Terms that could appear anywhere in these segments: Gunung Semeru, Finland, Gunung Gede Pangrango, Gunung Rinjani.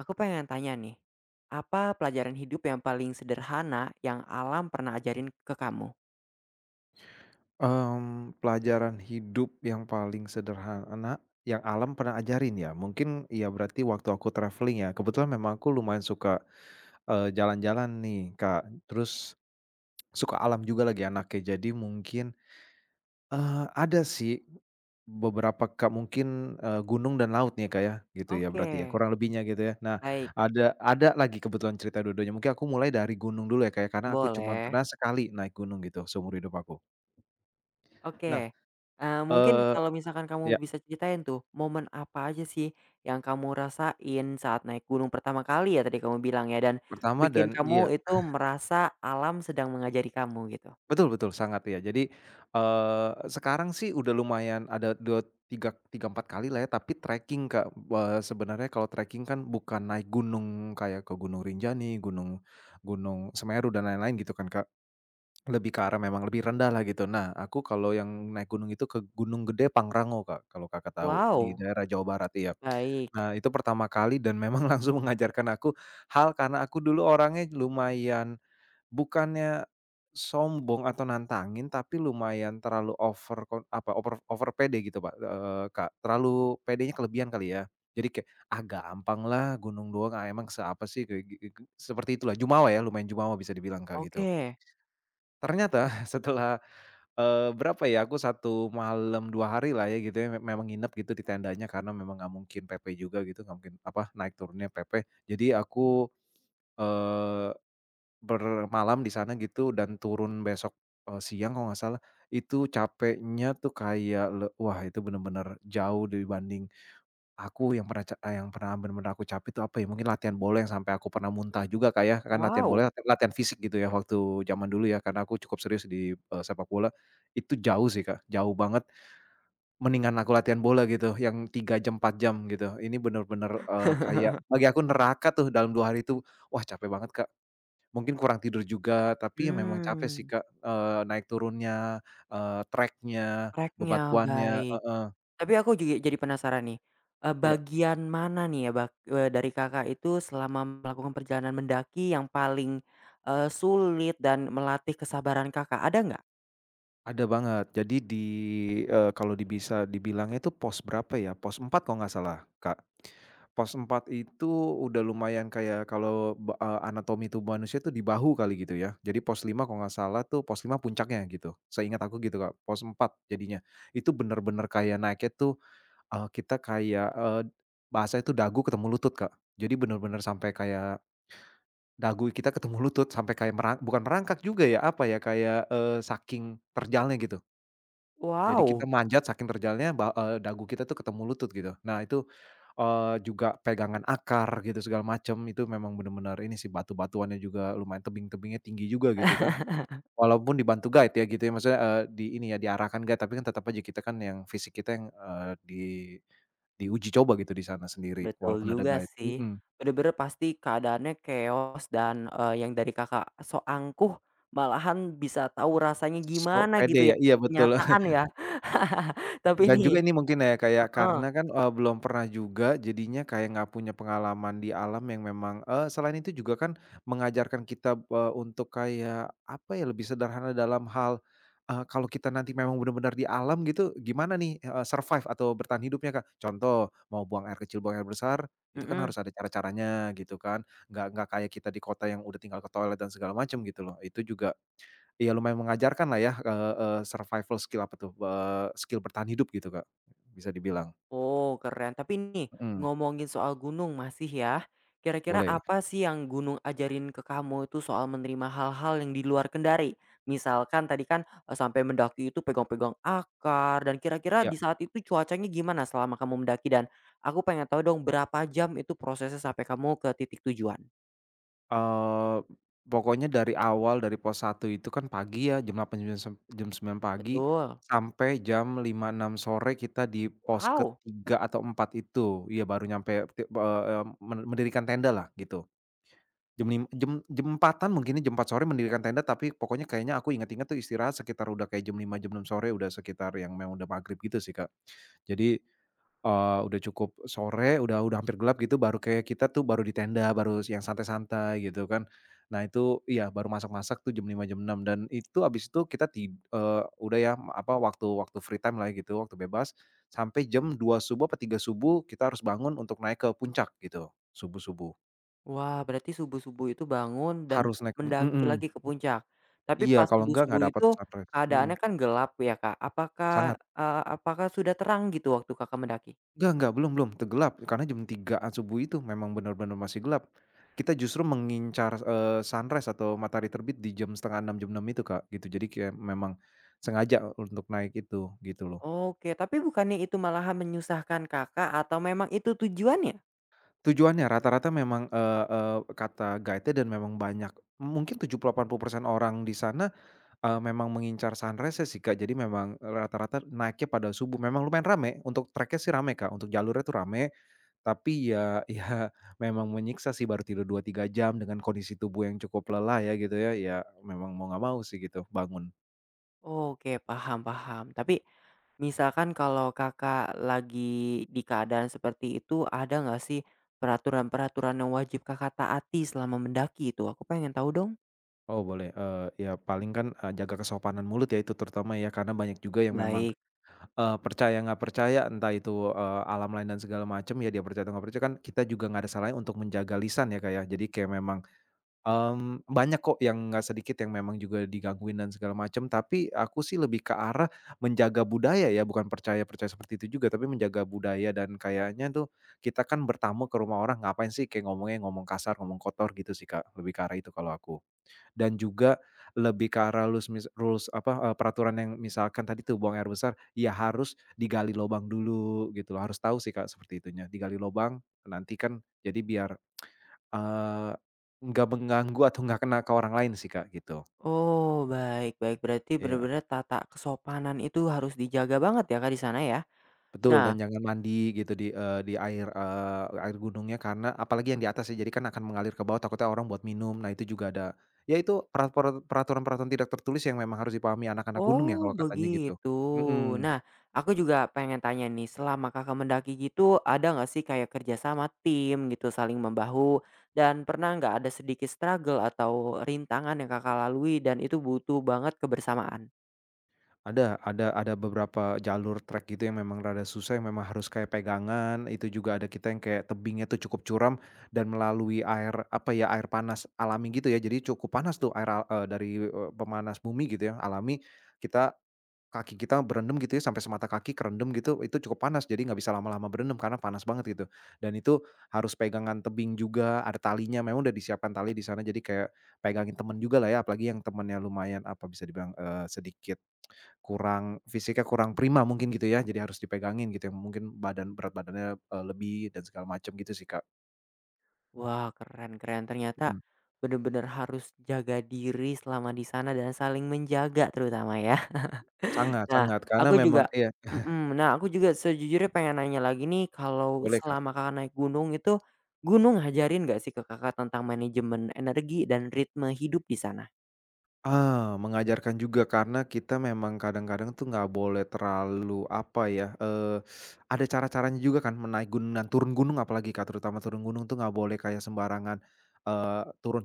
Aku pengen tanya nih, apa pelajaran hidup yang paling sederhana yang alam pernah ajarin ke kamu? Pelajaran hidup yang paling sederhana yang alam pernah ajarin ya, mungkin ya berarti waktu aku traveling ya. Kebetulan memang aku lumayan suka, jalan-jalan nih Kak, terus suka alam juga lagi anaknya. Jadi mungkin, ada sih beberapa Kak, mungkin, gunung dan laut nih ya Kak ya, gitu ya Oke. berarti ya, kurang lebihnya gitu ya. Nah, Baik, ada lagi kebetulan cerita dua-duanya, mungkin aku mulai dari gunung dulu ya Kak ya, karena aku cuma boleh. pernah sekali naik gunung gitu seumur hidup aku. Nah, Oke. Mungkin eee kalau misalkan kamu ya. bisa ceritain tuh, momen apa aja sih yang kamu rasain saat naik gunung pertama kali ya tadi kamu bilang ya, dan Pertama bikin dan kamu iya, itu merasa alam sedang mengajari kamu gitu? betul betul, sangat ya. Jadi, sekarang sih udah lumayan ada dua tiga tiga, 4 kali lah ya, tapi trekking, Kak. Sebenarnya kalau trekking kan bukan naik gunung kayak ke Gunung Rinjani, gunung Gunung Semeru dan lain-lain gitu kan, Kak. Lebih ke arah memang lebih rendah lah gitu. Nah, aku kalau yang naik gunung itu ke Gunung Gede Pangrango, Kak, kalau Kakak tahu, di Wow, daerah Jawa Barat, iya. baik. Nah, itu pertama kali dan memang langsung mengajarkan aku hal, karena aku dulu orangnya lumayan, bukannya sombong atau nantangin, tapi lumayan terlalu over over pede gitu, Kak. Terlalu pedenya kelebihan kali ya. Jadi kayak, "Ah, gampang lah, gunung doang, ah, emang seapa sih," kayak gi gi seperti itulah, jumawa ya, lumayan jumawa bisa dibilang, Kak, gitu. Oke. Ternyata setelah, berapa ya, aku satu malam, 2 hari lah ya gitu ya, memang nginep gitu di tendanya karena memang nggak mungkin PP juga gitu, nggak mungkin apa, naik turunnya PP. Jadi aku, eee bermalam di sana gitu dan turun besok, siang kalau nggak salah. Itu capeknya tuh kayak wah, itu bener-bener jauh dibanding aku yang pernah yang pernah bener-bener aku capek itu apa ya, mungkin latihan bola yang sampai aku pernah muntah juga, kayak kan latihan Wow. bola latihan fisik gitu ya waktu zaman dulu ya, karena aku cukup serius di, sepak bola. Itu jauh sih Kak, jauh banget. Mendingan aku latihan bola gitu yang 3 jam, 4 jam gitu. Ini bener-bener, kayak bagi aku neraka tuh dalam 2 hari itu. Wah, capek banget Kak. Mungkin kurang tidur juga, tapi ya memang capek sih, Hmm, Kak, naik turunnya, trek-nya, treknya, bebatuannya baik. heeh, Tapi aku juga jadi penasaran nih, eee, iya, bagian mana nih ya bak eee, dari Kakak itu selama melakukan perjalanan mendaki yang paling sulit dan melatih kesabaran Kakak, ada nggak? ada banget. Jadi di, kalau di bisa dibilangnya itu pos berapa ya, pos 4 kalau nggak salah, Kak. Pos 4 itu udah lumayan kayak kalau anatomi tubuh manusia itu di bahu kali gitu ya. Jadi pos 5 kalau nggak salah tuh pos 5 puncaknya gitu, seingat aku gitu, Kak, pos 4 jadinya. Itu bener-bener kayak naiknya tuh, kita kayak, bahasanya itu dagu ketemu lutut, Kak. Jadi bener-bener sampai kayak dagu kita ketemu lutut, sampai kayak bukan merangkak juga ya, apa ya, kayak, saking terjalnya gitu. Jadi kita Wow, manjat saking terjalnya dagu kita tuh ketemu lutut gitu. Nah itu, juga pegangan akar gitu segala macem, itu memang bener-bener ini sih, batu-batuannya juga lumayan, tebing-tebingnya tinggi juga gitu kan. Walaupun dibantu guide ya gitu ya, maksudnya, di ini ya, diarahkan guide, tapi kan tetep aja kita kan yang fisik kita yang, di diuji coba gitu di sana sendiri, betul walaupun ada juga guide. sih, Mhm. bener-bener pasti keadaannya chaos dan yang dari Kakak so angkuh malahan bisa tahu rasanya Sok gimana pede gitu ya, ya, iya betul. kenyataan ya. Tapi Dan nih juga ini mungkin ya kayak heeh, karena kan, belum pernah juga jadinya kayak nggak punya pengalaman di alam, yang memang selain itu juga kan mengajarkan kita, untuk kayak apa ya, lebih sederhana dalam hal, kalau kita nanti memang benar-benar di alam gitu gimana nih, heeh, survive atau bertahan hidupnya, Kak. Contoh, mau buang air kecil, buang air besar, itu kan harus mhm. ada cara-caranya gitu kan, nggak kayak kita di kota yang udah tinggal ke toilet dan segala macam gitu loh. Itu juga, iya, lumayan mengajarkan lah ya, eee eee, survival skill apa tuh, skill bertahan hidup gitu, Kak, bisa dibilang. Oh, keren. Tapi nih, Mhm, ngomongin soal gunung masih ya. Kira-kira boleh. apa sih yang gunung ajarin ke kamu itu soal menerima hal-hal yang di luar kendari? Misalkan tadi kan sampai mendaki itu pegang-pegang akar dan kira-kira Ya, di saat itu cuacanya gimana selama kamu mendaki? Dan aku pengen tahu dong berapa jam itu prosesnya sampai kamu ke titik tujuan? eee, pokoknya dari awal dari pos satu itu kan pagi ya, jam 8, jam 9 pagi Betul. sampai jam 5 6 sore kita di pos Wow! ke-3 atau 4 itu. Iya baru nyampe ti eee, men mendirikan tenda lah gitu. Jam 4 mungkin ya, jam 4 sore mendirikan tenda, tapi pokoknya kayaknya aku ingat-ingat tuh istirahat sekitar udah kayak jam 5 jam 6 sore, udah sekitar yang memang udah maghrib gitu sih, Kak. Jadi, udah cukup sore, udah hampir gelap gitu, baru kayak kita tuh baru di tenda, baru yang santai-santai gitu kan. Nah itu iya, baru masak-masak tuh jam 5 jam enam, dan itu habis itu kita udah ya, apa, waktu waktu free time lah gitu, waktu bebas, sampai jam 2 subuh apa 3 subuh kita harus bangun untuk naik ke puncak gitu, subuh-subuh. Wah, berarti subuh-subuh itu bangun dan Harus naik pun, mendaki mhm. lagi ke puncak. Tapi Iya, pas kalau enggak, subuh-subuh nggak dapat itu sunrise, mhm, keadaannya kan gelap ya, Kak. Apakah, sangat. eee, apakah sudah terang gitu waktu Kakak mendaki? Enggak, belum belum, tergelap, karena jam tigaan subuh itu memang benar-benar masih gelap. Kita justru mengincar, sunrise atau matahari terbit di jam setengah 6 jam 6 itu, Kak, gitu. Jadi kayak memang sengaja untuk naik itu, gitu loh. Oke, tapi bukannya itu malahan menyusahkan Kakak atau memang itu tujuannya? Tujuannya rata-rata memang, eee eee, kata guide-nya, dan memang banyak, mungkin tujuh puluh delapan puluh persen orang di sana, memang mengincar sunrise-nya sih, Kak. Jadi memang rata-rata naiknya pada subuh, memang lumayan rame, untuk trek-nya sih rame, Kak, untuk jalurnya tuh rame. Tapi ya ya memang menyiksa sih baru tidur 2 3 jam dengan kondisi tubuh yang cukup lelah ya gitu ya, ya memang mau nggak mau sih gitu bangun. Oke, paham paham. Tapi misalkan kalau Kakak lagi di keadaan seperti itu, ada nggak sih peraturan-peraturan yang wajib Kakak taati selama mendaki itu? Aku pengen tahu dong. Oh, boleh, ya paling kan, jaga kesopanan mulut ya, itu terutama ya, karena banyak juga yang memang, Baik. Percaya nggak percaya entah itu, alam lain dan segala macam ya, dia percaya atau nggak percaya kan, kita juga nggak ada salahnya untuk menjaga lisan, ya kayak, jadi kayak memang, banyak kok yang, nggak sedikit yang memang juga digangguin dan segala macam, tapi aku sih lebih ke arah menjaga budaya ya, bukan percaya-percaya seperti itu juga, tapi menjaga budaya. Dan kayaknya tuh kita kan bertamu ke rumah orang, ngapain sih kayak ngomongnya ngomong kasar, ngomong kotor gitu sih Kak, lebih ke arah itu kalau aku. Dan juga lebih ke arah rules apa, peraturan yang misalkan tadi tuh buang air besar, ya harus digali lubang dulu gitu loh, harus tahu sih Kak seperti itunya, digali lubang nanti kan jadi biar, eee, nggak mengganggu atau nggak kena ke orang lain sih Kak gitu. Oh, baik baik. Berarti Iya, benar-benar tata kesopanan itu harus dijaga banget ya, Kak, di sana ya? betul, dan Nah, jangan mandi gitu di, di air, air gunungnya, karena apalagi yang di atas ya, jadi kan akan mengalir ke bawah, takutnya orang buat minum. Nah itu juga ada, ya itu peraturan-peraturan tidak tertulis yang memang harus dipahami anak-anak gunung ya oh, kalau katanya gitu. begitu. Mhm. Nah, aku juga pengen tanya nih, selama Kakak mendaki gitu, ada nggak sih kayak kerja sama tim gitu, saling membahu, dan pernah nggak ada sedikit struggle atau rintangan yang Kakak lalui dan itu butuh banget kebersamaan? Ada beberapa jalur trek gitu yang memang rada susah, yang memang harus kayak pegangan, itu juga ada kita yang kayak tebingnya tuh cukup curam, dan melalui air, apa ya, air panas alami gitu ya. Jadi cukup panas tuh dari, pemanas bumi gitu ya, alami. Kita Kaki kita berendam gitu ya, sampai semata kaki kerendam gitu, itu cukup panas. Jadi nggak bisa lama-lama berendam karena panas banget gitu. Dan itu harus pegangan tebing juga, ada talinya, memang udah disiapkan tali di sana, jadi kayak pegangin temen juga lah ya, apalagi yang temennya lumayan, apa, bisa dibilang, sedikit kurang, fisiknya kurang prima mungkin gitu ya, jadi harus dipegangin gitu ya, mungkin berat badannya, lebih dan segala macam gitu sih, Kak. Wah, keren keren. Ternyata Mhm. benar-benar harus jaga diri selama di sana dan saling menjaga terutama ya? Sangat Nah, sangat, karena aku memang juga iya, Mhm. Nah, aku juga sejujurnya pengen nanya lagi nih, kalau boleh, Kak. selama Kakak naik gunung itu, gunung ngajarin nggak sih ke Kakak tentang manajemen energi dan ritme hidup di sana? Ah, mengajarkan juga, karena kita memang kadang-kadang tuh nggak boleh terlalu apa ya, ada cara-caranya juga kan, menaik gunung dan turun gunung apalagi, Kak, terutama turun gunung tuh nggak boleh kayak sembarangan, eee, turun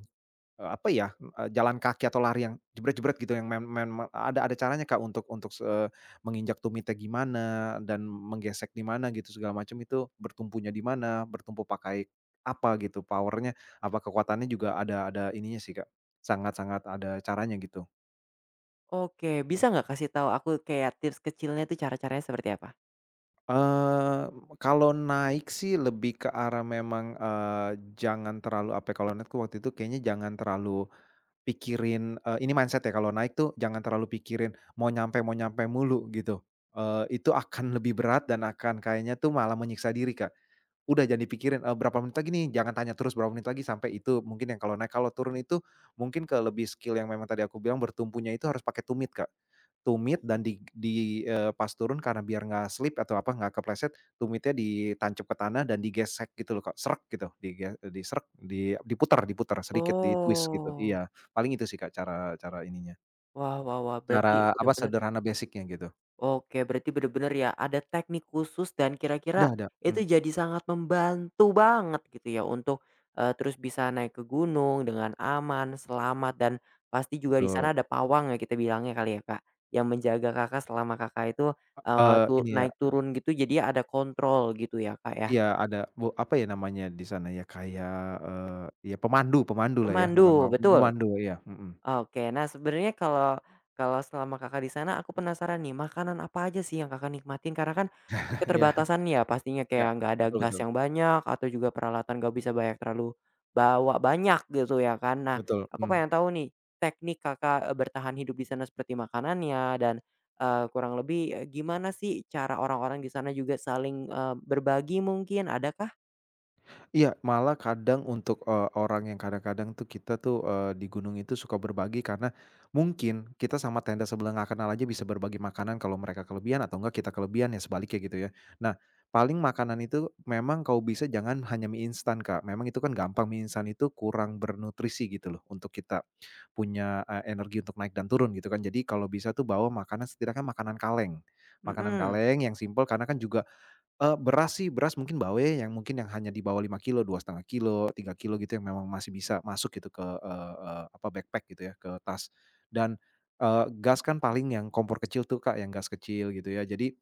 Apa ya, jalan kaki atau lari yang jebret-jebret gitu, yang mem mem ada caranya Kak untuk menginjak tumitnya gimana dan menggesek di mana gitu segala macam, itu bertumpunya di mana, bertumpu pakai apa gitu power-nya, apa kekuatannya juga, ada ininya sih Kak, sangat-sangat ada caranya gitu. Oke, bisa nggak kasih tahu aku kayak tips kecilnya tuh cara-caranya seperti apa? Eee, Kalau naik sih lebih ke arah memang, jangan terlalu apa ya, kalau naik waktu itu kayaknya jangan terlalu pikirin, ini mindset ya, kalau naik tuh jangan terlalu pikirin mau nyampe mulu gitu, itu akan lebih berat dan akan kayaknya tuh malah menyiksa diri, Kak. Udah jangan dipikirin, berapa menit lagi nih, jangan tanya terus berapa menit lagi sampai itu, mungkin yang kalau naik. Kalau turun itu mungkin ke lebih skill, yang memang tadi aku bilang bertumpunya itu harus pakai tumit, Kak. Tumit, dan pas turun karena biar nggak slip atau apa, nggak kepleset, tumitnya ditancap ke tanah dan digesek gitu loh, Kak, sreg gitu, disreg, diputer diputer sedikit, di-twist gitu, Oh, iya. Paling itu sih, Kak, cara cara ininya, wah wah wah, berarti cara apa, bener-bener ya sederhana, basic-nya gitu. oke, berarti bener-bener ya ada teknik khusus dan kira-kira Ada, itu jadi sangat membantu banget gitu ya untuk terus bisa naik ke gunung dengan aman, selamat, dan pasti juga di betul, sana ada pawang ya kita bilangnya kali ya, Kak, yang menjaga Kakak selama Kakak itu, eee, tu ini ya. naik turun gitu jadi ada kontrol gitu ya, Kak, ya? Iya ada bu apa ya namanya di sana ya, kayak, ya pemandu pemandu lah ya, bukan Pemandu, mau betul? pemandu iya, mhm. Oke, nah sebenarnya kalau kalau selama Kakak di sana, aku penasaran nih, makanan apa aja sih yang Kakak nikmatin? Karena kan Iya keterbatasan ya pastinya, iya, kayak nggak ada betul gas betul yang banyak atau juga peralatan nggak bisa banyak terlalu bawa banyak gitu ya kan. Nah, betul, aku mmm. pengen tahu nih, teknik Kakak, bertahan hidup di sana seperti makanannya dan kurang lebih, gimana sih cara orang-orang di sana juga saling berbagi mungkin, adakah? Iya, malah kadang untuk, orang yang kadang-kadang tuh kita tuh, di gunung itu suka berbagi karena mungkin kita sama tenda sebelah nggak kenal aja bisa berbagi makanan kalau mereka kelebihan atau enggak kita kelebihan ya sebaliknya gitu ya. Nah, paling makanan itu memang kalau bisa jangan hanya mie instan, Kak, memang itu kan gampang mie instan itu kurang bernutrisi gitu loh untuk kita punya, energi untuk naik dan turun gitu kan. Jadi kalau bisa tuh bawa makanan setidaknya makanan kaleng. Makanan Mhm. kaleng yang simpel karena kan juga beras sih, beras mungkin Bawe yang mungkin yang hanya di bawah lima kilo dua setengah kilo 3 kilo gitu yang memang masih bisa masuk gitu ke, eee eee, apa, backpack gitu ya, ke tas. Dan, gas kan paling yang kompor kecil tuh Kak, yang gas kecil gitu ya. Jadi,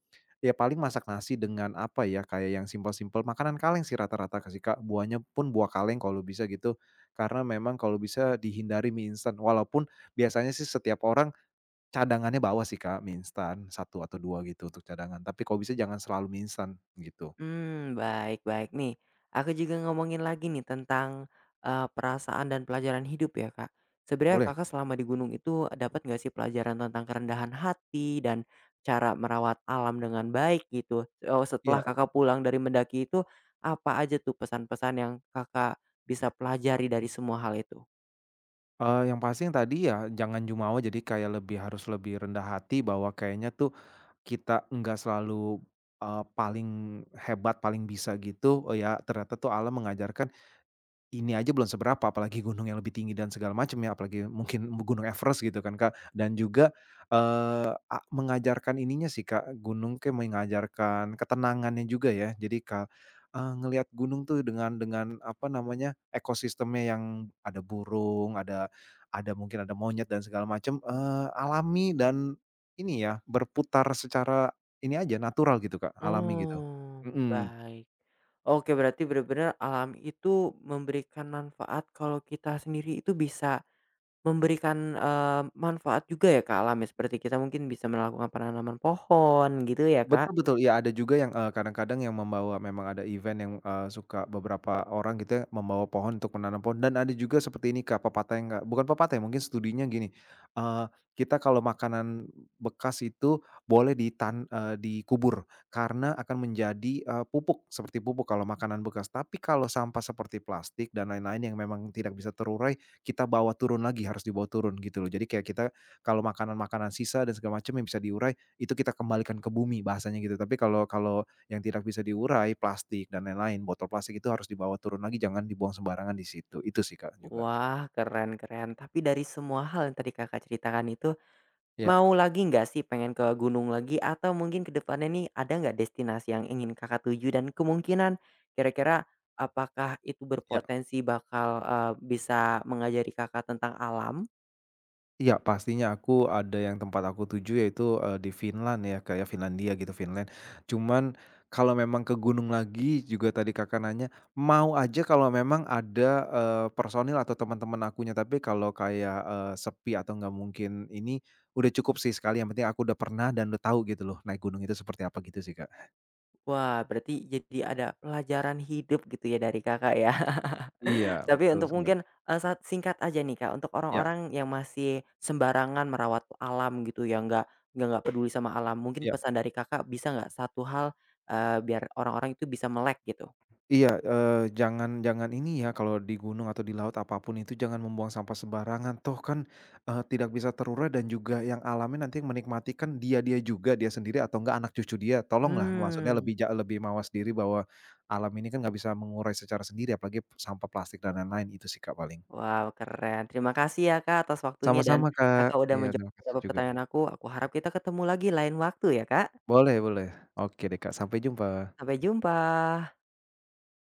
ya paling masak nasi dengan apa ya, kayak yang simpel-simpel, makanan kaleng sih rata-rata kasih Kak, buahnya pun buah kaleng kalau bisa gitu. Karena memang kalau bisa dihindari mie instan, walaupun biasanya sih setiap orang cadangannya bawa sih, Kak, mie instan 1 atau 2 gitu untuk cadangan, tapi kalau bisa jangan selalu mie instan gitu, Hmm, baik baik nih, aku juga ngomongin lagi nih tentang perasaan dan pelajaran hidup ya, Kak. Sebenarnya boleh? Kakak selama di gunung itu dapat nggak sih pelajaran tentang kerendahan hati dan cara merawat alam dengan baik gitu? Oh, Iya, setelah Kakak pulang dari mendaki itu, apa aja tuh pesan-pesan yang Kakak bisa pelajari dari semua hal itu? Yang pasti yang tadi ya jangan jumawa jadi kayak lebih harus lebih rendah hati bahwa kayaknya tuh kita nggak selalu, paling hebat, paling bisa gitu, oh ya ternyata tuh Allah mengajarkan. Ini aja belum seberapa, apalagi gunung yang lebih tinggi dan segala macam ya, apalagi mungkin gunung Everest gitu kan, Kak. Dan juga, eee, a mengajarkan ininya sih, Kak, gunung kayak mengajarkan ketenangannya juga ya. Jadi Kak ngelihat gunung tuh dengan apa namanya, ekosistemnya yang ada burung, ada mungkin ada monyet dan segala macam, alami dan ini ya, berputar secara ini aja, natural gitu, Kak, alami gitu. Oh, Mhm. baik. Oke, berarti benar-benar alam itu memberikan manfaat kalau kita sendiri itu bisa memberikan manfaat juga ya ke alam ya, seperti kita mungkin bisa melakukan penanaman pohon gitu ya, Kak? Betul betul, iya ada juga yang, kadang-kadang yang membawa memang ada event yang, suka beberapa orang gitu ya membawa pohon untuk menanam pohon dan ada juga seperti ini Kak, pepatah yang nggak bukan pepatah ya mungkin studinya gini, eee, kita kalau makanan bekas itu boleh dikubur karena akan menjadi, pupuk seperti pupuk kalau makanan bekas, tapi kalau sampah seperti plastik dan lain-lain yang memang tidak bisa terurai kita bawa turun lagi, harus dibawa turun gitu loh. Jadi kayak kita kalau makanan-makanan sisa dan segala macam yang bisa diurai itu kita kembalikan ke bumi bahasanya gitu. Tapi kalau kalau yang tidak bisa diurai, plastik dan lain-lain, botol plastik itu harus dibawa turun lagi, jangan dibuang sembarangan di situ. Itu sih Kak juga. Wah, keren keren. Tapi dari semua hal yang tadi Kakak ceritakan itu, Iya. mau lagi nggak sih pengen ke gunung lagi? Atau mungkin ke depannya nih ada nggak destinasi yang ingin Kakak tuju dan kemungkinan kira-kira apakah itu berpotensi bakal bisa mengajari Kakak tentang alam? Iya, pastinya aku ada yang tempat aku tuju yaitu, di Finland ya, kayak Finlandia gitu, Finland. Cuman kalau memang ke gunung lagi juga tadi Kakak nanya, mau aja kalau memang ada, personil atau teman-teman akunya, tapi kalau kayak, sepi atau nggak mungkin ini, udah cukup sih sekali, yang penting aku udah pernah dan udah tahu gitu loh naik gunung itu seperti apa gitu sih, Kak. Wah, berarti jadi ada pelajaran hidup gitu ya dari Kakak ya? Iya, Tapi betul untuk sekali. mungkin saat singkat aja nih Kak, untuk Iya orang-orang yang masih sembarangan merawat alam gitu ya, nggak peduli sama alam, mungkin iya. pesan dari Kakak bisa nggak satu hal, biar orang-orang itu bisa melek gitu? Iya, jangan jangan ini ya, kalau di gunung atau di laut apapun itu jangan membuang sampah sembarangan, toh kan, tidak bisa terurai dan juga yang alamnya nanti yang menikmati kan dia-dia juga, dia sendiri atau enggak anak cucu dia. Tolonglah maksudnya Hmm, lebih lebih mawas diri bahwa alam ini kan nggak bisa mengurai secara sendiri, apalagi sampah plastik dan lain-lain. Itu sih Kak paling. wow, keren. Terima kasih ya Kak atas waktunya dan Sama-sama Kak. Kakak udah Iya menjawab terima kasih beberapa juga. pertanyaan aku. Aku harap kita ketemu lagi lain waktu ya Kak. Boleh boleh. Oke deh Kak, sampai jumpa. Sampai jumpa.